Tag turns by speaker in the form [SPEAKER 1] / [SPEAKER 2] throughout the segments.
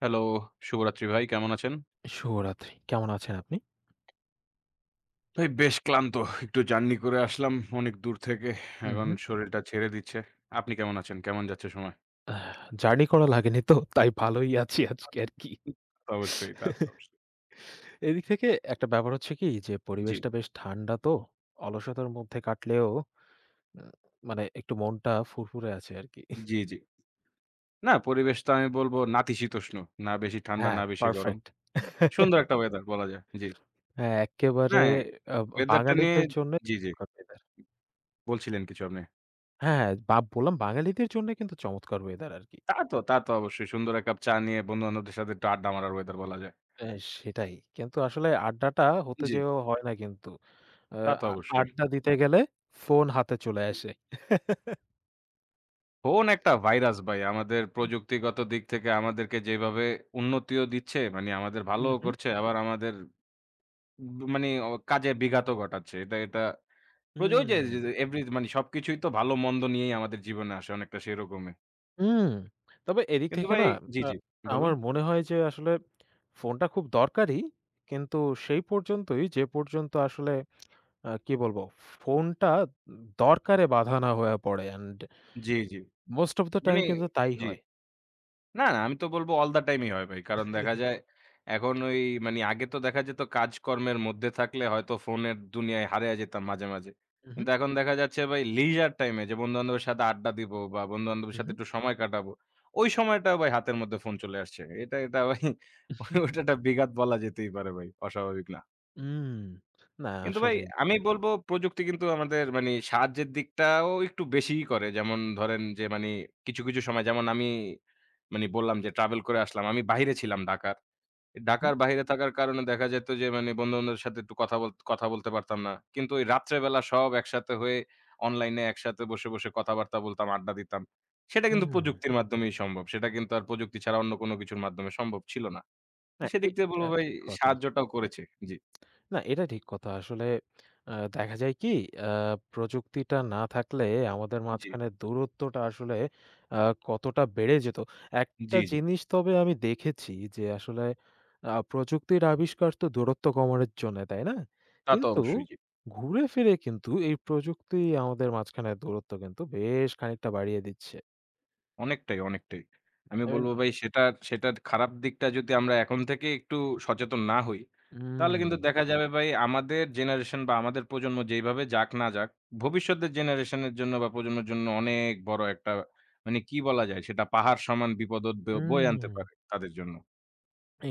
[SPEAKER 1] Hello, শুভরাত্রি ভাই। কেমন আছেন?
[SPEAKER 2] শুভরাত্রি। কেমন আছেন আপনি?
[SPEAKER 1] ভাই বেশ ক্লান্ত। একটু জার্নি করে আসলাম অনেক দূর থেকে। এখন
[SPEAKER 2] উহু।
[SPEAKER 1] শরীরটা ছেড়ে দিচ্ছে। আপনি কেমন আছেন? কেমন যাচ্ছে সময়?
[SPEAKER 2] আহ জার্নি করা লাগেনি তো তাই ভালোই আছি আজকে আরকি।
[SPEAKER 1] তা তো অবশ্যই।
[SPEAKER 2] এদিক থেকে একটা ব্যাপার হচ্ছে কি যে
[SPEAKER 1] জি,
[SPEAKER 2] পরিবেশটা বেশ ঠান্ডা তো। অলসতার মধ্যে কাটলেও উম মানে একটু মনটা ফুরফুরে আছে আরকি।
[SPEAKER 1] জি। না পরিবেশ তো আমি বলব নাতিশীতোষ্ণ। না বেশি ঠান্ডা,
[SPEAKER 2] হ্যাঁ,
[SPEAKER 1] না বেশি গরম।
[SPEAKER 2] পারফেক্ট।
[SPEAKER 1] সুন্দর একটা ওয়েদার বলা যায়। জি।
[SPEAKER 2] হ্যাঁ, এক্কেবারে
[SPEAKER 1] না
[SPEAKER 2] আ
[SPEAKER 1] ওয়েদারটা নিয়ে
[SPEAKER 2] বাঙালিদের জন্যে
[SPEAKER 1] জি, জি।
[SPEAKER 2] চমৎকার ওয়েদার।
[SPEAKER 1] বলছিলেন কিছু আপনি।
[SPEAKER 2] হ্যাঁ, হ্যাঁ, বললাম বাঙালিদের জন্যে কিন্তু চমৎকার ওয়েদার আরকি।
[SPEAKER 1] তা তো অবশ্যই। সুন্দর এক কাপ চা নিয়ে বন্ধু-বান্ধবদের সাথে একটু আড্ডা মারার ওয়েদার বলা যায়।
[SPEAKER 2] অ্যা সেটাই। কিন্তু আসলে আড্ডাটা হতে
[SPEAKER 1] জি,
[SPEAKER 2] যেয়েও হয় না কিন্তু। আ
[SPEAKER 1] তা তো
[SPEAKER 2] আ
[SPEAKER 1] অবশ্যই।
[SPEAKER 2] আড্ডা দিতে গেলে ফোন হাতে চলে আসে।
[SPEAKER 1] ফোন একটা ভাইরাস ভাই। আমাদের প্রযুক্তিগত দিক থেকে আমাদেরকে যেভাবে উন্নতিও দিচ্ছে, মানে আমাদের
[SPEAKER 2] হুম,
[SPEAKER 1] ভালোও
[SPEAKER 2] হুম,
[SPEAKER 1] করছে, আবার আমাদের ব মানে অ কাজে বিঘাতও ঘটাচ্ছে। এটা এটা প্রজ ওই যে
[SPEAKER 2] হুম,
[SPEAKER 1] যে এভরি মানে সবকিছুই তো ভালো-মন্দ নিয়েই আমাদের জীবনে আসে অনেকটা সেরকমই।
[SPEAKER 2] হুম। তবে এদিক
[SPEAKER 1] কিন্তু
[SPEAKER 2] থেকে
[SPEAKER 1] ভাই
[SPEAKER 2] না
[SPEAKER 1] জি,
[SPEAKER 2] আ
[SPEAKER 1] জি বলুন।
[SPEAKER 2] আমার মনে হয় যে আসলে ফোনটা খুব দরকারি। কিন্তু সেই পর্যন্তই যে পর্যন্ত আসলে কি বলবো ফোনটা দরকারে বাধা না হয়ে পড়ে and
[SPEAKER 1] G, G.
[SPEAKER 2] most of the
[SPEAKER 1] মানে
[SPEAKER 2] time কিন্তু তাই
[SPEAKER 1] জি।
[SPEAKER 2] হয়।
[SPEAKER 1] না, আমি তো বলব all the time-ই হয় ভাই। কারণ দেখা যায় এখন ওই মানে আগে তো দেখা যেত কাজকর্মের মধ্যে থাকলে হয়তো ফোনের দুনিয়ায় হারিয়ে যেতাম মাঝে মাঝে।
[SPEAKER 2] উহু,
[SPEAKER 1] কিন্তু এখন দেখা যাচ্ছে ভাই leisure time-এ যে বন্ধু-বান্ধবের সাথে আড্ডা দিব বা বন্ধু-বান্ধবের সাথে
[SPEAKER 2] উহু,
[SPEAKER 1] একটু সময় কাটাবো, ওই সময়টাও ভাই হাতের মধ্যে ফোন চলে আসছে। এটা ভাই ওটা একটা বিঘাত বলা যেতেই পারে ভাই। অস্বাভাবিক না।
[SPEAKER 2] উম না
[SPEAKER 1] কিন্তু ভাই
[SPEAKER 2] আসলেই।
[SPEAKER 1] আমি বলব প্রযুক্তি কিন্তু আমাদের মানি সাহায্যের দিকটাও একটু বেশিই করে। যেমন ধরেন যে মানি কিছু সময় যেমন আমি মানি বললাম যে ট্রাভেল করে আসলাম। আমি বাহিরে ছিলাম ঢাকার।
[SPEAKER 2] হুম,
[SPEAKER 1] ঢাকার বাহিরে থাকার কারণে দেখা যেত যে মানে বন্ধু-বান্ধবের সাথে একটু কথা বলতে পারতাম না। কিন্তু ওই রাত্রেবেলা সব একসাথে হয়ে অনলাইনে একসাথে বসে কথাবার্তা বলতাম, আড্ডা দিতাম। সেটা কিন্তু
[SPEAKER 2] হুম।
[SPEAKER 1] প্রযুক্তির মাধ্যমেই সম্ভব। সেটা কিন্তু আর প্রযুক্তি ছাড়া অন্য কোনো কিছুর মাধ্যমে সম্ভব ছিল না।
[SPEAKER 2] না
[SPEAKER 1] সেদিক দিয়ে বলব
[SPEAKER 2] এটা
[SPEAKER 1] ভাই
[SPEAKER 2] ঠিক কথা।
[SPEAKER 1] সাহায্যটাও করেছে। জি,
[SPEAKER 2] না, এটা ঠিক কথা। আসলে দেখা যায় কি আ প্রযুক্তিটা না থাকলে আমাদের
[SPEAKER 1] জি,
[SPEAKER 2] মাঝখানে দূরত্বটা আসলে আ কতটা বেড়ে যেত।
[SPEAKER 1] জি,
[SPEAKER 2] একটা
[SPEAKER 1] জি।
[SPEAKER 2] জিনিস তবে আমি দেখেছি যে আসলে প্রযুক্তির আবিষ্কার তো দূরত্ব কমানোর জন্যে, তাই না?
[SPEAKER 1] তা তো
[SPEAKER 2] কিন্তু
[SPEAKER 1] অবশ্যই। জি।
[SPEAKER 2] ঘুরে ফিরে কিন্তু এই প্রযুক্তি আমাদের মাঝখানে দূরত্ব কিন্তু বেশ খানিকটা বাড়িয়ে দিচ্ছে।
[SPEAKER 1] অনেকটাই। আমি
[SPEAKER 2] আই মিন
[SPEAKER 1] বলব হুম। ভাই সেটার সেটার খারাপ দিকটা যদি আমরা এখন থেকে একটু সচেতন না হই, তাহলে
[SPEAKER 2] হুম,
[SPEAKER 1] কিন্তু দেখা যাবে ভাই আমাদের জেনারেশন বা আমাদের প্রজন্ম যেইভাবে যাক না যাক, ভবিষ্যতের জেনারেশনের জন্য বা প্রজন্মের জন্য অনেক বড় একটা মানে কি বলা যায় সেটা পাহাড় সমান বিপদ ও বয়ে আনতে
[SPEAKER 2] হুম,
[SPEAKER 1] পারে তাদের জন্য।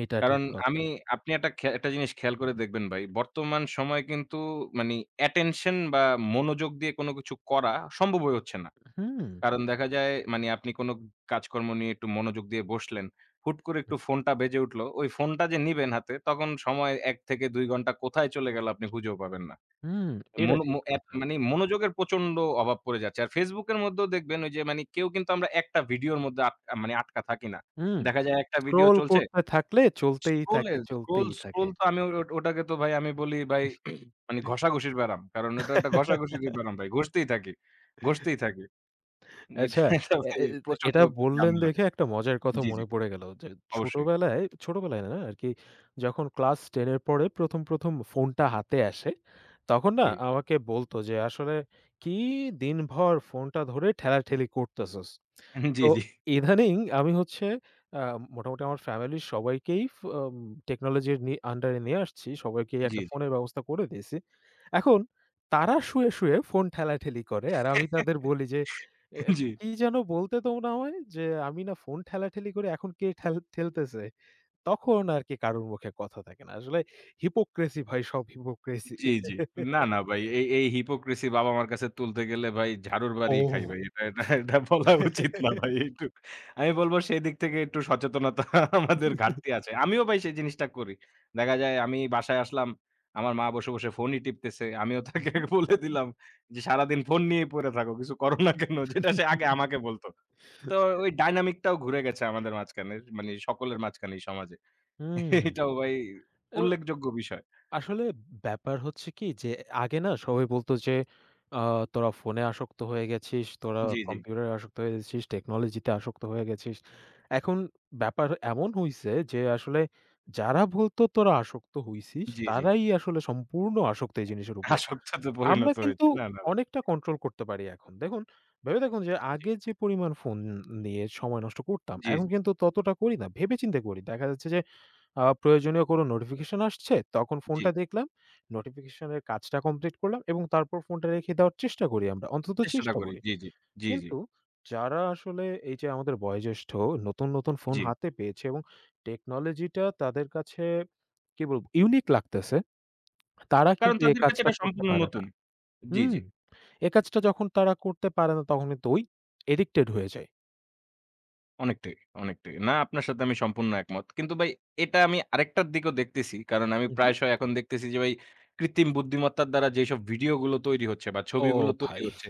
[SPEAKER 2] এটা
[SPEAKER 1] কারণ
[SPEAKER 2] ঠিক কথা।
[SPEAKER 1] আমি আপনি একটা জিনিস খেয়াল করে দেখবেন ভাই, বর্তমান সময়ে কিন্তু মানি অ্যাটেনশন বা মনোযোগ দিয়ে কোনো কিছু করা সম্ভব হয়ে হচ্ছে না।
[SPEAKER 2] হুম,
[SPEAKER 1] কারণ দেখা যায় মানে আপনি কোনো কাজকর্ম নিয়ে একটু মনোযোগ দিয়ে বসলেন। হুট করে একটু ফোনটা বেজে উঠল। ওই ফোনটা যে নিবেন হাতে তখন সময় ১ থেকে ২ ঘন্টা কোথায় চলে গেল আপনি খুঁজেও পাবেন না।
[SPEAKER 2] হুম, এটা
[SPEAKER 1] মনো মো
[SPEAKER 2] ঠিক
[SPEAKER 1] এক
[SPEAKER 2] কথা।
[SPEAKER 1] মানে মনোযোগের প্রচন্ড অভাব পড়ে যাচ্ছে। আর Facebook এর মধ্যেও দেখবেন ওই যে মানে কেউ কিন্তু আমরা একটা ভিডিওর মধ্যে আট মানে আটকা থাকি না।
[SPEAKER 2] হুম।
[SPEAKER 1] দেখা যায় একটা ভিডিও
[SPEAKER 2] স্ক্রল
[SPEAKER 1] চলছে।
[SPEAKER 2] করতে থাকলে চলতেই
[SPEAKER 1] স্ক্রোল
[SPEAKER 2] থাকে,
[SPEAKER 1] এর স্ক্রোল,
[SPEAKER 2] চলতেই থাকে।
[SPEAKER 1] স্ক্রোল তো আমি ওটাকে তো ভাই আমি বলি ভাই মানে ঘষাঘষির ব্যারাম। কারণ ওটা একটা ঘষাঘষিরই ব্যারাম ভাই। ঘষতেই থাকি, ঘষতেই থাকি। এটা,
[SPEAKER 2] আচ্ছা,
[SPEAKER 1] এটা
[SPEAKER 2] এ
[SPEAKER 1] ভাই
[SPEAKER 2] এ এ-
[SPEAKER 1] প্রচন্ড
[SPEAKER 2] এটা বললেন
[SPEAKER 1] ঝামেলা।
[SPEAKER 2] দেখে একটা মজার কথা
[SPEAKER 1] জি, জি।
[SPEAKER 2] মনে পড়ে গেল যে
[SPEAKER 1] অবশ্যই।
[SPEAKER 2] ছোটবেলায়, ছোটবেলায় না আরকি যখন ক্লাস 10 এর পরে ১ম ফোনটা হাতে আসে, তখন না
[SPEAKER 1] জি।
[SPEAKER 2] আমাকে বলত যে, "আসলে কি দিনভর ফোনটা ধরে ঠেলাঠেলি করতেছস?" তো
[SPEAKER 1] জি, জি।
[SPEAKER 2] ইদানিং আমি হচ্ছে আ মোটামুটি আমার ফ্যামিলির সবাইকেই ফ আম টেকনোলজির আন্ডার নিয়ে আসছি। সবাইকেই
[SPEAKER 1] জি,
[SPEAKER 2] একটা
[SPEAKER 1] জি।
[SPEAKER 2] ফোনের ব্যবস্থা করে দিয়েছি। এখন তারা শুয়ে, শুয়ে ফোন ঠেলাঠেলি করে। আর আমি তাদের বলি যে, "এ
[SPEAKER 1] জি,
[SPEAKER 2] কি যেন বলতে তোমরা আমায় যে, "আমি না ফোন ঠেলাঠেলি করি, এখন কে ঠেলতেছে?" তখন আরকি কারোর মুখে কথা থাকে না। আসলে হিপোক্রেসি ভাই, সব হিপোক্রেসি।
[SPEAKER 1] জি, জি। না ভাই এই হিপোক্রিসি বাবা-মার কাছে তুলতে গেলে ভাই ঝাড়ুর বাড়ি খাই
[SPEAKER 2] ওহ!
[SPEAKER 1] ভাই। এটা বলা উচিত না ভাই। একটু আমি বলবো সেদিক থেকে একটু সচেতনতা আমাদের ঘাটতি আছে। আমিও ভাই সেই জিনিসটা করি। দেখা যায় আমি বাসায় আসলাম, আমার মা বসে ফোনই টিপতেছে। আমিও তাকে
[SPEAKER 2] হুম।
[SPEAKER 1] বলে দিলাম যে, "সারাদিন ফোন নিয়েই পড়ে থাকো। কিছু করো না কেন?" যেটা সে আগে আমাকে বলত। তো ওই ডাইনামিক টাও ঘুরে গেছে আমাদের মাঝখানে। মানে সকলের মাঝখানেই সমাজে।
[SPEAKER 2] হুম।
[SPEAKER 1] এটাও ভাই উল্লেখযোগ্য বিষয়।
[SPEAKER 2] আসলে ব্যাপার হচ্ছে কি যে আগে না সবাই বলতো যে আ "তোরা ফোনে আসক্ত হয়ে গেছিস, তোরা
[SPEAKER 1] জি, জি,
[SPEAKER 2] কম্পিউটারে আসক্ত হয়ে গেছিস, টেকনোলজিতে আসক্ত হয়ে গেছিস।" এখন ব্যাপার এমন হইছে যে আসলে যারা বলতো "তোরা আসক্ত হইছিস"
[SPEAKER 1] জি।
[SPEAKER 2] তারাই আসলে সম্পূর্ণ আসক্ত এই জিনিসের উপর।
[SPEAKER 1] আসক্ততে
[SPEAKER 2] আমরা
[SPEAKER 1] পরিণত
[SPEAKER 2] কিন্তু
[SPEAKER 1] হয়েছে। না ভাই।
[SPEAKER 2] অনেকটা কন্ট্রোল করতে পারি এখন। দেখুন, ভেবে দেখুন যে
[SPEAKER 1] জি,
[SPEAKER 2] আগে যে পরিমাণ ফোন নিয়ে সময় নষ্ট করতাম,
[SPEAKER 1] জি,
[SPEAKER 2] এখন
[SPEAKER 1] জি,
[SPEAKER 2] কিন্তু ততটা করি না। ভেবে চিন্তে করি। দেখা যাচ্ছে যে প্রয়োজনীয় কোনো নোটিফিকেশন আসছে, তখন
[SPEAKER 1] জি।
[SPEAKER 2] ফোনটা দেখলাম। নোটিফিকেশনের কাজটা কমপ্লিট করলাম এবং তারপর ফোনটা রেখে দেওয়ার চেষ্টা করি আমরা। অন্তত
[SPEAKER 1] চেষ্টাটা
[SPEAKER 2] চেষ্টা
[SPEAKER 1] করি।
[SPEAKER 2] করি।
[SPEAKER 1] জি, জি,
[SPEAKER 2] কিন্তু যারা আসলে এই যে আমাদের বয়োজ্যেষ্ঠ নতুন, নতুন ফোন
[SPEAKER 1] জি।
[SPEAKER 2] হাতে পেয়েছে এবং টেকনোলজিটা তাদের কাছে কি বলব ইউনিক লাগতেছে। তারা
[SPEAKER 1] কারণ
[SPEAKER 2] কিন্তু এই
[SPEAKER 1] তাদের কাছে
[SPEAKER 2] কাজটা
[SPEAKER 1] এটা
[SPEAKER 2] করতে
[SPEAKER 1] সম্পূর্ণ
[SPEAKER 2] পারে
[SPEAKER 1] নতুন।
[SPEAKER 2] না।
[SPEAKER 1] জি,
[SPEAKER 2] হুম।
[SPEAKER 1] জি।
[SPEAKER 2] এ কাজটা যখন তারা করতে পারে না তখন কিন্তু ওই এডিক্টেড হয়ে যায়।
[SPEAKER 1] অনেকটাই, অনেকটাই। না আপনার সাথে আমি সম্পূর্ণ একমত। কিন্তু ভাই এটা আমি আরেকটার দিকেও দেখতেছি। কারণ আমি
[SPEAKER 2] উহু।
[SPEAKER 1] প্রায়শই এখন দেখতেছি যে ভাই কৃত্রিম বুদ্ধিমত্তার দ্বারা যেসব ভিডিওগুলো তৈরি হচ্ছে বা
[SPEAKER 2] ও
[SPEAKER 1] ছবিগুলো তৈরি
[SPEAKER 2] ভাই!
[SPEAKER 1] হচ্ছে,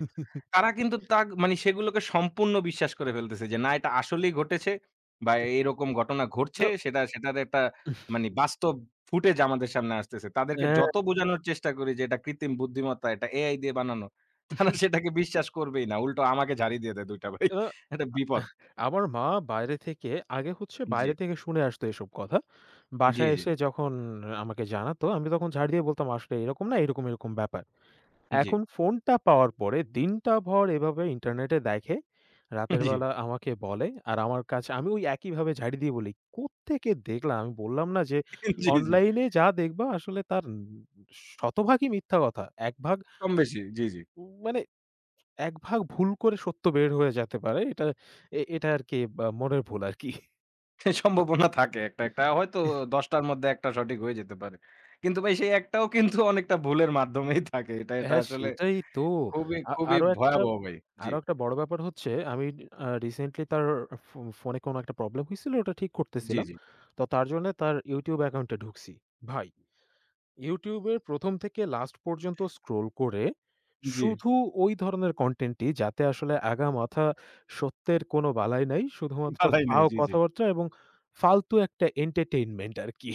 [SPEAKER 1] তারা কিন্তু তাগ মানে সেগুলোকে সম্পূর্ণ বিশ্বাস করে ফেলতেছে যে না এটা আসলেই ঘটেছে বা এরকম ঘটনা ঘটছে
[SPEAKER 2] তো
[SPEAKER 1] সেটার একটা মানে বাস্তব ফুটেজ আমাদের সামনে আসতেছে। তাদেরকে যত বোঝানোর চেষ্টা করি যে এটা কৃত্রিম বুদ্ধিমত্তা, এটা AI দিয়ে বানানো, তারা
[SPEAKER 2] হ্যাঁ।
[SPEAKER 1] সেটাকে বিশ্বাস করবেই না। উল্টো আমাকে ঝাড়ি দিয়ে দেয় ২ টা ভাই। এটা বিপদ।
[SPEAKER 2] আমার মা বাইরে থেকে আগে হচ্ছে
[SPEAKER 1] জি।
[SPEAKER 2] বাইরে থেকে শুনে আসতো এসব কথা।
[SPEAKER 1] জি,
[SPEAKER 2] বাসায়
[SPEAKER 1] জি,
[SPEAKER 2] এসে যখন আমাকে জানাতো, আমি তখন ঝাড় দিয়ে বলতাম, "আসলে এরকম না, এরকম, এরকম ব্যাপার।"
[SPEAKER 1] জি,
[SPEAKER 2] এখন ফোনটা পাওয়ার পরে দিনটা ভর এভাবে ইন্টারনেটে দেখে, রাতের
[SPEAKER 1] জি,
[SPEAKER 2] বেলা আমাকে বলে, আর আমার কাছে আমি ওই একইভাবে ঝাড়ি দিয়ে বলি, "কোত্থেকে দেখলাম?" আমি বললাম না যে,
[SPEAKER 1] জি।
[SPEAKER 2] "অনলাইনে যা দেখবা আসলে তার শতভাগই মিথ্যা কথা। ১ ভাগ
[SPEAKER 1] কম বেশি জি, জি।
[SPEAKER 2] মানে এক ভাগ ভুল করে সত্য বের হয়ে যেতে পারে। এটা এটা আরকি বা মনের ভুল আরকি।
[SPEAKER 1] সম্ভাবনা থাকে একটা হয়তো ১০ টার মধ্যে ১ টা সঠিক হয়ে যেতে পারে। কিন্তু ভাই সেই ১ টাও কিন্তু অনেকটা ভুলের মাধ্যমেই থাকে। এটা
[SPEAKER 2] হ্যাঁ,
[SPEAKER 1] আসলে
[SPEAKER 2] সেটাই তো।
[SPEAKER 1] খুবই,
[SPEAKER 2] আ
[SPEAKER 1] খুবই
[SPEAKER 2] আরো একটা
[SPEAKER 1] ভয়াবহ ভাই। জি,
[SPEAKER 2] আরো একটা বড় ব্যাপার হচ্ছে আমি রিসেন্টলি তার ফোনে কোনো একটা প্রবলেম হইছিল ওটা ঠিক
[SPEAKER 1] জি,
[SPEAKER 2] করতেছিলাম।
[SPEAKER 1] জি,
[SPEAKER 2] তো তার জন্য তার YouTube অ্যাকাউন্টে ঢুকছি। ভাই YouTube এর ১ম থেকে লাস্ট পর্যন্ত স্ক্রল করে
[SPEAKER 1] জি।
[SPEAKER 2] শুধু ওই ধরনের কনটেন্টই যাতে আসলে আগা-মাথা সত্যের কোনো বালাই নাই। শুধুমাত্র
[SPEAKER 1] বালাই নাই।
[SPEAKER 2] ফাও
[SPEAKER 1] জি, জি।
[SPEAKER 2] কথাবার্তা এবং ফালতু একটা এন্টারটেইনমেন্ট আরকি।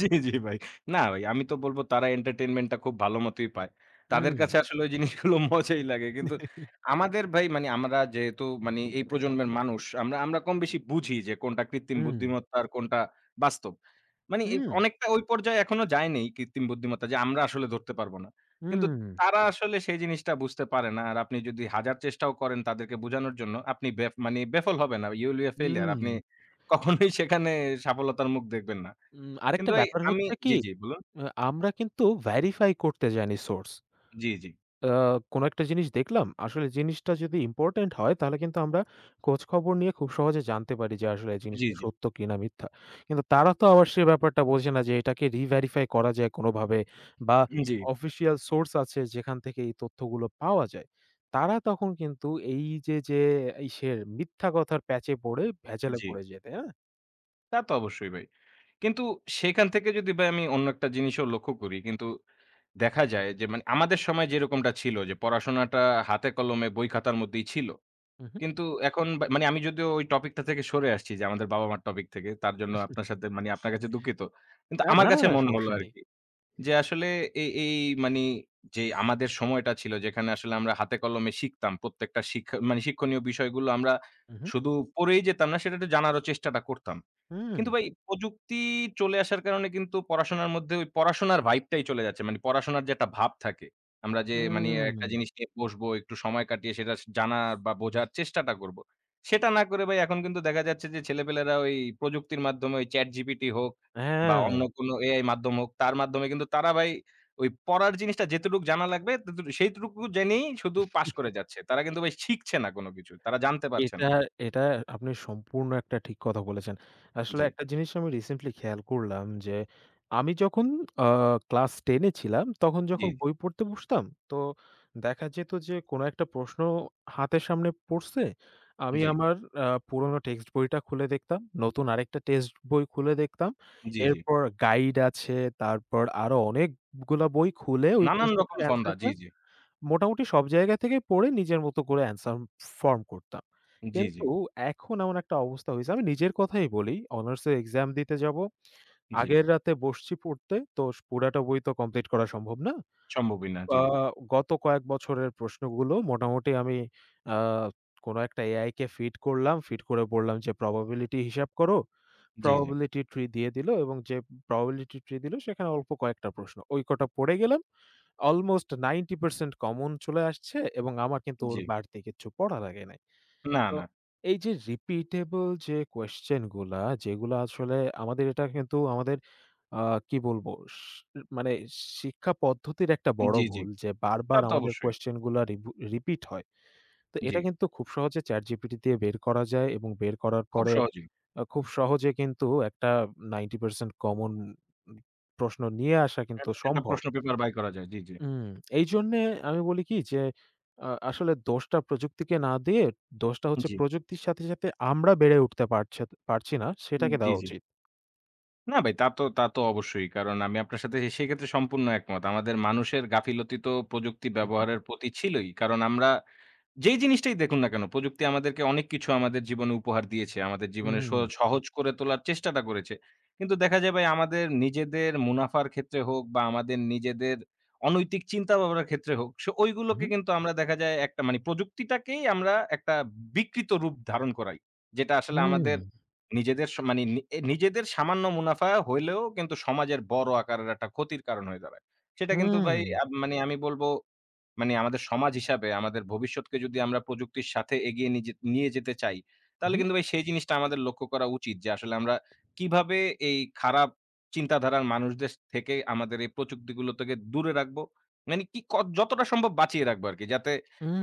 [SPEAKER 1] জি, জি ভাই। না ভাই আমি তো বলব তারা entertainment টা খুব ভালো মতোই পায়। তাদের
[SPEAKER 2] হুম,
[SPEAKER 1] কাছে আসলে ওই জিনিসগুলো মজাই লাগে। কিন্তু আমাদের ভাই মানে আমরা যেহেতু মানে এই প্রজন্মের মানুষ আমরা আমরা কমবেশি বুঝি যে কোনটা কৃত্রিম
[SPEAKER 2] হুম,
[SPEAKER 1] বুদ্ধিমত্তা আর কোনটা বাস্তব। মানে এই
[SPEAKER 2] হুম,
[SPEAKER 1] অনেকটা ওই পর্যায়ে এখনো যায় নাই কৃত্রিম বুদ্ধিমত্তা যে আমরা আসলে ধরতে পারব না। কিন্তু
[SPEAKER 2] হুম,
[SPEAKER 1] তারা আসলে সেই জিনিসটা বুঝতে পারে না। আর আপনি যদি হাজার চেষ্টাও করেন তাদেরকে বোঝানোর জন্য আপনি বেফল হবেন না। You will be a failure
[SPEAKER 2] হুম,
[SPEAKER 1] আপনি কখনোই সেখানে সফলতার মুখ দেখবেন না। কিন্তু
[SPEAKER 2] আরেকটা
[SPEAKER 1] ভাই
[SPEAKER 2] ব্যাপার
[SPEAKER 1] আমি
[SPEAKER 2] হচ্ছে
[SPEAKER 1] জি,
[SPEAKER 2] কি,
[SPEAKER 1] জি বলুন।
[SPEAKER 2] আ আমরা কিন্তু ভেরিফাই করতে জানি সোর্স।
[SPEAKER 1] জি, জি,
[SPEAKER 2] আ কোনো একটা জিনিস দেখলাম। আসলে জিনিসটা যদি ইম্পোর্টেন্ট হয় তাহলে কিন্তু আমরা খোঁজখবর নিয়ে খুব সহজে জানতে পারি যে আসলে এই
[SPEAKER 1] জি,
[SPEAKER 2] জিনিসটা
[SPEAKER 1] জি,
[SPEAKER 2] সত্য কিনা মিথ্যা। কিন্তু তারা তো আবার সে ব্যাপারটা বোঝে না যে এটাকে re-verify করা যায় কোনোভাবে বা
[SPEAKER 1] জি,
[SPEAKER 2] অফিসিয়াল সোর্স আছে যেখান থেকে এই তথ্যগুলো পাওয়া যায়। তারা তখন কিন্তু এই যে, ইসের মিথ্যা কথার প্যাচে পড়ে ভেজালে
[SPEAKER 1] জি।
[SPEAKER 2] পড়ে যায়, তাই না?
[SPEAKER 1] তা তো অবশ্যই ভাই। কিন্তু সেখান থেকে যদি ভাই আমি অন্য একটা জিনিসও লক্ষ্য করি কিন্তু দেখা যায় যে মানে আমাদের সময় যেরকমটা ছিল যে পড়াশোনাটা হাতে কলমে বই খাতার মধ্যেই ছিল।
[SPEAKER 2] উহু।
[SPEAKER 1] কিন্তু এখন বা মানে আমি যদিও ওই টপিকটা থেকে সরে আসছি যে আমাদের বাবা-মার টপিক থেকে। তার জন্য আপনার সাথে মানে আপনার কাছে দুঃখিত। কিন্তু
[SPEAKER 2] না,
[SPEAKER 1] আমার
[SPEAKER 2] না, না,
[SPEAKER 1] কাছে
[SPEAKER 2] না
[SPEAKER 1] মনে হলো
[SPEAKER 2] সমস্যা নেই।
[SPEAKER 1] আরকি। যে আসলে এই এই মানি যে আমাদের সময়টা ছিল যেখানে আসলে আমরা হাতে কলমে শিখতাম। প্রত্যেকটা শিক্ষা মানে শিক্ষণীয় বিষয়গুলো আমরা
[SPEAKER 2] উহু।
[SPEAKER 1] শুধু পড়েই যেতাম না, সেটা একটু জানারও চেষ্টাটা করতাম।
[SPEAKER 2] হুম, হুম।
[SPEAKER 1] কিন্তু ভাই প্রযুক্তি চলে আসার কারণে কিন্তু পড়াশোনার মধ্যে ওই পড়াশোনার ভাইবটাই চলে যাচ্ছে। মানে পড়াশোনার যে একটা ভাব থাকে। আমরা যে মানি
[SPEAKER 2] হুম
[SPEAKER 1] একটা জিনিস নিয়ে বসবো, একটু সময় কাটিয়ে সেটা জানার বা বোঝার চেষ্টাটা করব। সেটা না করে ভাই এখন কিন্তু দেখা যাচ্ছে যে ছেলেপেলেরা ওই প্রযুক্তির মাধ্যমে ওই ChatGPT হোক বা অন্য
[SPEAKER 2] হ্যাঁ।
[SPEAKER 1] কোনো AI মাধ্যম হোক, তার মাধ্যমে কিন্তু তারা ভাই ওই পড়ার জিনিসটা যেতুটুক জানা লাগবে তেতুটু সেইটুকু জেনেই শুধু পাস করে যাচ্ছে। তারা কিন্তু ভাই শিখছে না কোনো কিছু। তারা জানতে পারছে
[SPEAKER 2] এটা
[SPEAKER 1] না।
[SPEAKER 2] এটা আপনি সম্পূর্ণ একটা ঠিক কথা বলেছেন। আসলে
[SPEAKER 1] জি,
[SPEAKER 2] একটা জিনিস আমি রিসেন্টলি খেয়াল করলাম যে, আমি যখন আ ক্লাস 10 এ ছিলাম, তখন
[SPEAKER 1] জি,
[SPEAKER 2] যখন বই পড়তে বসতাম, তো দেখা যেত যে কোনো একটা প্রশ্ন হাতের সামনে পড়ছে। আমি
[SPEAKER 1] জি,
[SPEAKER 2] আমার পুরনো টেক্সট বইটা খুলে দেখতাম, নতুন আরেকটা টেক্সট বই খুলে দেখতাম।
[SPEAKER 1] জি।
[SPEAKER 2] এরপর গাইড আছে, তারপর আরো অনেকগুলা বই খুলে ওই
[SPEAKER 1] নানান
[SPEAKER 2] প্রশ্নটার
[SPEAKER 1] রকম ফন্দা।
[SPEAKER 2] অ্যান্সারটা
[SPEAKER 1] জি, জি।
[SPEAKER 2] মোটামুটি সব জায়গা থেকেই পড়ে নিজের মতো করে অ্যান্সার ফর্ম করতাম।
[SPEAKER 1] জি, জি,
[SPEAKER 2] কিন্তু এখন এমন একটা অবস্থা হইছে আমি নিজের কথাই বলি, অনার্সের এক্সাম দিতে যাব।
[SPEAKER 1] জি।
[SPEAKER 2] আগের রাতে বসছি পড়তে, তো পুরাটা বই তো কমপ্লিট করা সম্ভব না।
[SPEAKER 1] সম্ভবই না।
[SPEAKER 2] আ গত কয়েক বছরের প্রশ্নগুলো মোটামুটি আমি আ কোনো একটা এআই কে ফিড করলাম। ফিড করে বললাম যে, "প্রবাবিলিটি হিসাব করো।"
[SPEAKER 1] জি, জি,
[SPEAKER 2] প্রবাবিলিটি ট্রি দিয়ে দিল এবং যে প্রবাবিলিটি ট্রি দিল সেখানে অল্প কয়েকটা প্রশ্ন। ওই কটা পড়ে গেলাম। অলমোস্ট 90% কমন চলে আসছে এবং আমার কিন্তু
[SPEAKER 1] জি।
[SPEAKER 2] ওর বাড়তি কিচ্ছু পড়া লাগে নাই।
[SPEAKER 1] না,
[SPEAKER 2] তো
[SPEAKER 1] না।
[SPEAKER 2] এই যে রিপিটেবল যে কোয়েশ্চেন গুলা যেগুলা আসলে আমাদের এটা কিন্তু আমাদের আ কি বলবো মানে শিক্ষা পদ্ধতির একটা বড়
[SPEAKER 1] জি, জি।
[SPEAKER 2] ভুল যে
[SPEAKER 1] তা
[SPEAKER 2] বারবার
[SPEAKER 1] তো
[SPEAKER 2] আমাদের
[SPEAKER 1] অবশ্যই।
[SPEAKER 2] কোয়েশ্চেন গুলা রিপিট হয়। তো
[SPEAKER 1] জি।
[SPEAKER 2] এটা কিন্তু খুব সহজে ChatGPT দিয়ে বের করা যায় এবং বের করার
[SPEAKER 1] খুব
[SPEAKER 2] পরে
[SPEAKER 1] সহজেই।
[SPEAKER 2] খুব সহজে কিন্তু একটা 90% কমন উম প্রশ্ন নিয়ে আসা কিন্তু
[SPEAKER 1] এটা এটা
[SPEAKER 2] সম্ভব।
[SPEAKER 1] প্রশ্ন পেপার বাই করা যায়। জি, জি।
[SPEAKER 2] উম এইজন্যে আমি বলি কি যে, আসলে দোষটা প্রযুক্তিকে না দিয়ে, দোষটা হচ্ছে
[SPEAKER 1] জি,
[SPEAKER 2] প্রযুক্তির সাথে, সাথে আমরা বেড়ে উঠতে পারছি না, সেটাকে
[SPEAKER 1] জি,
[SPEAKER 2] দেওয়া
[SPEAKER 1] জি।
[SPEAKER 2] উচিত।
[SPEAKER 1] না ভাই তা তো অবশ্যই। কারণ আমি আপনার সাথে সেক্ষেত্রে সম্পূর্ণ একমত। আমাদের মানুষের গাফিলতি তো প্রযুক্তি
[SPEAKER 2] হুম, হুম।
[SPEAKER 1] ব্যবহারের প্রতি ছিলই। কারণ আমরা যেই জিনিসটাই দেখুন না কেন, প্রযুক্তি আমাদেরকে অনেক কিছু আমাদের জীবনে উপহার দিয়েছে। আমাদের জীবনে
[SPEAKER 2] উম
[SPEAKER 1] সহজ করে তোলার চেষ্টাটা করেছে। কিন্তু দেখা যায় ভাই আমাদের নিজেদের মুনাফার ক্ষেত্রে হোক বা আমাদের নিজেদের অনৈতিক চিন্তা ভাবনার ক্ষেত্রে হোক, সো
[SPEAKER 2] হুম,
[SPEAKER 1] ওইগুলোকে কিন্তু আমরা দেখা যায় একটা মানে প্রযুক্তিটাকেই আমরা একটা বিকৃত রূপ ধারণ করাই। যেটা আসলে
[SPEAKER 2] হুম,
[SPEAKER 1] আমাদের নিজেদের স মানে নি এ নিজেদের সামান্য মুনাফা হইলেও কিন্তু সমাজের বড় আকারের একটা ক্ষতির কারণ হয়ে দাঁড়ায়। সেটা কিন্তু ভাই
[SPEAKER 2] হুম,
[SPEAKER 1] আ মানে আমি বলব মানে আমাদের সমাজ হিসাবে আমাদের ভবিষ্যৎকে যদি আমরা প্রযুক্তির সাথে এগিয়ে নিয়ে যেতে চাই, তাহলে
[SPEAKER 2] হুম,
[SPEAKER 1] কিন্তু ভাই সেই জিনিসটা আমাদের লক্ষ্য করা উচিত যে আসলে আমরা কিভাবে এই খারাপ চিন্তাধারার মানুষদের থেকে আমাদের এই প্রযুক্তিগুলো থেকে দূরে রাখবো? মানে কি ক যতটা সম্ভব বাঁচিয়ে রাখবো আরকি। যাতে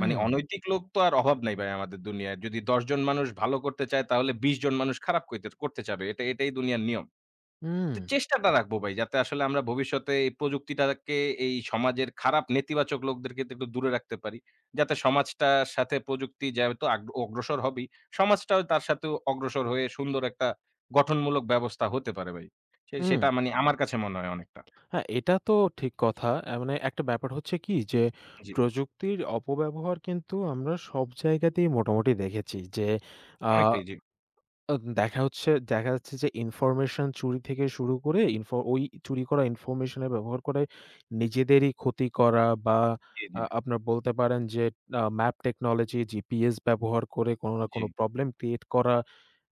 [SPEAKER 1] মানে অনৈতিক লোক তো আর অভাব নাই ভাই আমাদের দুনিয়ায়। যদি ১০ জন মানুষ ভালো করতে চায় তাহলে ২০ জন মানুষ খারাপ করতে চাবে। এটাই দুনিয়ার নিয়ম।
[SPEAKER 2] হুম, হুম,
[SPEAKER 1] তো চেষ্টাটা রাখবো ভাই যাতে আসলে আমরা ভবিষ্যতে এই প্রযুক্তিটাকে এই সমাজের খারাপ নেতিবাচক লোকদেরকে তো একটু দূরে রাখতে পারি। যাতে সমাজটার সাথে প্রযুক্তি যেহেতু অগ্রসর হবেই, সমাজটাও তার সাথেও অগ্রসর হয়ে সুন্দর একটা গঠনমূলক ব্যবস্থা হতে পারে ভাই।
[SPEAKER 2] হুম।
[SPEAKER 1] সেটা মানে আমার কাছে মনে হয় অনেকটা।
[SPEAKER 2] হ্যাঁ, এটা তো ঠিক কথা। মানে একটা ব্যাপার হচ্ছে কি যে,
[SPEAKER 1] জি,
[SPEAKER 2] প্রযুক্তির অপব্যবহার কিন্তু আমরা সব জায়গাতেই মোটামুটি দেখেছি যে, আ
[SPEAKER 1] অনেকটাই জি,
[SPEAKER 2] আ দেখা হচ্ছে দেখা যাচ্ছে যে ইনফরমেশন চুরি থেকে শুরু করে ওই চুরি করা ইনফরমেশন এর ব্যবহার করে নিজেদেরই ক্ষতি করা বা
[SPEAKER 1] জি, জি,
[SPEAKER 2] আপনার বলতে পারেন যে ম্যাপ টেকনোলজি, জিপিএস ব্যবহার করে কোনো না
[SPEAKER 1] জি,
[SPEAKER 2] কোনো প্রবলেম ক্রিয়েট করা।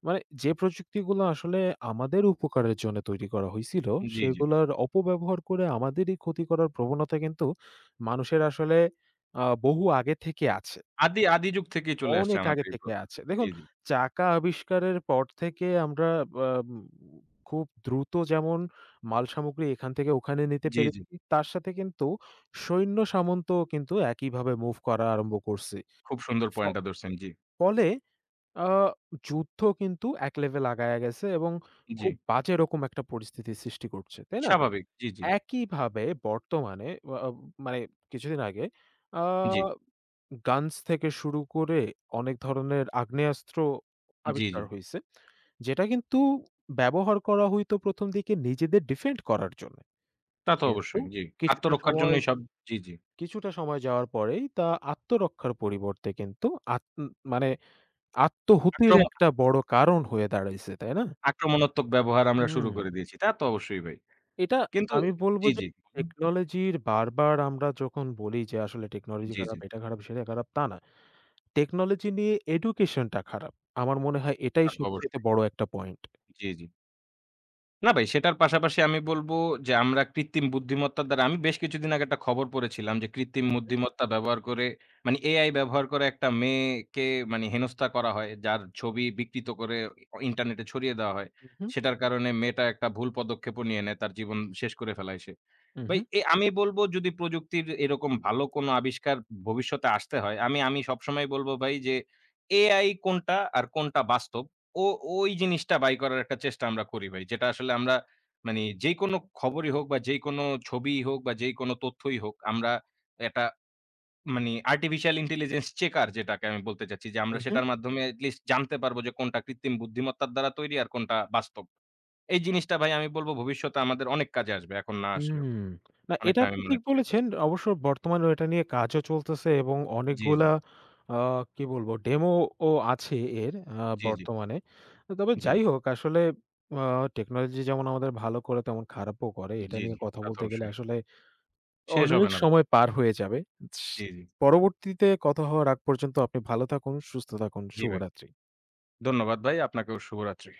[SPEAKER 2] মানে যে প্রযুক্তিগুলো আসলে আমাদের উপকারের জন্য তৈরি করা হইছিল,
[SPEAKER 1] জি, জি।
[SPEAKER 2] সেগুলার অপব্যবহার করে আমাদেরই ক্ষতি করার প্রবণতা কিন্তু মানুষের আসলে বহু আগে থেকে আছে।
[SPEAKER 1] আদি যুগ থেকেই চলে আসছে
[SPEAKER 2] অনেক
[SPEAKER 1] আমাদের
[SPEAKER 2] আগে
[SPEAKER 1] এই
[SPEAKER 2] থেকে
[SPEAKER 1] প্রথা।
[SPEAKER 2] আছে।
[SPEAKER 1] জি,
[SPEAKER 2] দেখুন
[SPEAKER 1] জি,
[SPEAKER 2] চাকা আবিষ্কারের পর থেকে আমরা আম খুব দ্রুত যেমন মালসামগ্রী এখান থেকে ওখানে নিতে
[SPEAKER 1] জি।
[SPEAKER 2] পেরেছি, তার সাথে কিন্তু সৈন্য সামন্তও কিন্তু একইভাবে মুভ করা আরম্ভ করছে।
[SPEAKER 1] খুব সুন্দর
[SPEAKER 2] ফ
[SPEAKER 1] পয়েন্টটা ধরছেন। জি,
[SPEAKER 2] ফলে আ যুদ্ধ কিন্তু এক লেভেল আগায়া গেছে এবং
[SPEAKER 1] জি।
[SPEAKER 2] খুব বাজে রকম একটা পরিস্থিতির সৃষ্টি করছে। তাই না?
[SPEAKER 1] স্বাভাবিক।
[SPEAKER 2] একইভাবে বর্তমানে আ আ মানে কিছুদিন আগে আ
[SPEAKER 1] জি,
[SPEAKER 2] গানস থেকে শুরু করে অনেক ধরনের আগ্নেয়াস্ত্র
[SPEAKER 1] জি।
[SPEAKER 2] আবিষ্কার হইছে। যেটা কিন্তু ব্যবহার করা হইতো ১ম দিকে নিজেদের ডিফেন্ড করার জন্যে।
[SPEAKER 1] তা তো
[SPEAKER 2] কিন্তু
[SPEAKER 1] অবশ্যই, জি।
[SPEAKER 2] কিছুটা
[SPEAKER 1] আত্মরক্ষার
[SPEAKER 2] সময়
[SPEAKER 1] জন্যই সব জি, জি।
[SPEAKER 2] কিছুটা সময় যাওয়ার পরেই তা আত্মরক্ষার পরিবর্তে কিন্তু আত মানে আত্মহুতির
[SPEAKER 1] আক্রম
[SPEAKER 2] একটা বড় কারণ হয়ে দাঁড়াইছে, তাই না?
[SPEAKER 1] আক্রমণাত্মক ব্যবহার আমরা শুরু
[SPEAKER 2] হুম,
[SPEAKER 1] করে দিয়েছি। তা তো অবশ্যই ভাই।
[SPEAKER 2] এটা
[SPEAKER 1] কিন্তু
[SPEAKER 2] আমি বলব
[SPEAKER 1] জি,
[SPEAKER 2] যে
[SPEAKER 1] জি। হুম,
[SPEAKER 2] টেকনোলজির বারবার আমরা যখন বলি যে আসলে টেকনোলজি
[SPEAKER 1] জি, জি।
[SPEAKER 2] খারাপ, এটা খারাপ, সেটা খারাপ, তা না। টেকনোলজি নিয়ে এডুকেশনটা খারাপ। আমার মনে হয় এটাই
[SPEAKER 1] তা তো
[SPEAKER 2] সবচাইতে
[SPEAKER 1] অবশ্যই।
[SPEAKER 2] বড় একটা পয়েন্ট।
[SPEAKER 1] জি, জি। না ভাই, সেটার পাশাপাশি আমি বলব যে আমরা কৃত্রিম বুদ্ধিমত্তার দ্বারা আমি বেশ কিছুদিন আগে একটা খবর পড়েছিলাম যে কৃত্রিম
[SPEAKER 2] উহু,
[SPEAKER 1] বুদ্ধিমত্তা ব্যবহার করে এআই ব্যবহার করে একটা মেয়েকে মানে হেনস্থা করা হয়। যার ছবি বিকৃত করে ইন্টারনেটে ছড়িয়ে দেওয়া হয়।
[SPEAKER 2] উহু,
[SPEAKER 1] সেটার কারণে মেয়েটা একটা ভুল পদক্ষেপও নিয়ে নেয়। তার জীবন শেষ করে ফেলায় সে। ভাই
[SPEAKER 2] উহু,
[SPEAKER 1] এ আমি বলব যদি প্রযুক্তির এরকম ভালো কোনো আবিষ্কার ভবিষ্যতে আসতে হয়, আমি আমি সবসময় বলব ভাই যে এআই কোনটা আর কোনটা বাস্তব ও ওই জিনিসটা বাই করার একটা চেষ্টা আমরা করি ভাই। যেটা আসলে আমরা মানে যেইকোনো খবরই হোক বা যেইকোনো ছবিই হোক বা যেইকোনো তথ্যই হোক আমরা একটা মানে আর্টিফিশিয়াল ইন্টেলিজেন্স চেকার যেটাকে আমি বলতে চাচ্ছি যে আমরা
[SPEAKER 2] উহু।
[SPEAKER 1] সেটার মাধ্যমে এট লিস্ট জানতে পারবো যে কোনটা কৃত্রিম বুদ্ধিমত্তার দ্বারা তৈরি আর কোনটা বাস্তব। এই জিনিসটা ভাই আমি বলব ভবিষ্যতে আমাদের অনেক কাজে আসবে। এখন না আসলেও।
[SPEAKER 2] হুম। না এটা
[SPEAKER 1] অনেকটা আমি
[SPEAKER 2] আপনি
[SPEAKER 1] মনে
[SPEAKER 2] ঠিক
[SPEAKER 1] করি।
[SPEAKER 2] বলেছেন। অবশ্য বর্তমানেও এটা নিয়ে কাজও চলতেছে এবং
[SPEAKER 1] জি, জি,
[SPEAKER 2] অনেকগুলা আ কি বলবো ডেমো ও আছে এর
[SPEAKER 1] জি, জি, জি,
[SPEAKER 2] বর্তমানে। তবে
[SPEAKER 1] জি,
[SPEAKER 2] যাই হোক আসলে আ টেকনোলজি যেমন আমাদের ভালো করে তেমন খারাপও করে। এটা
[SPEAKER 1] জি,
[SPEAKER 2] নিয়ে
[SPEAKER 1] জি।
[SPEAKER 2] কথা
[SPEAKER 1] তা তো
[SPEAKER 2] বলতে গেলে
[SPEAKER 1] অবশ্যই।
[SPEAKER 2] আসলে
[SPEAKER 1] শেষ
[SPEAKER 2] অনেক
[SPEAKER 1] হবে না ভাই।
[SPEAKER 2] সময় পার হয়ে যাবে।
[SPEAKER 1] জি, জি,
[SPEAKER 2] পরবর্তীতে কথা হওয়ার আগ পর্যন্ত আপনি ভালো থাকুন, সুস্থ থাকুন।
[SPEAKER 1] জি ভাই।
[SPEAKER 2] শুভরাত্রি।
[SPEAKER 1] ধন্যবাদ ভাই। আপনাকেও শুভরাত্রি।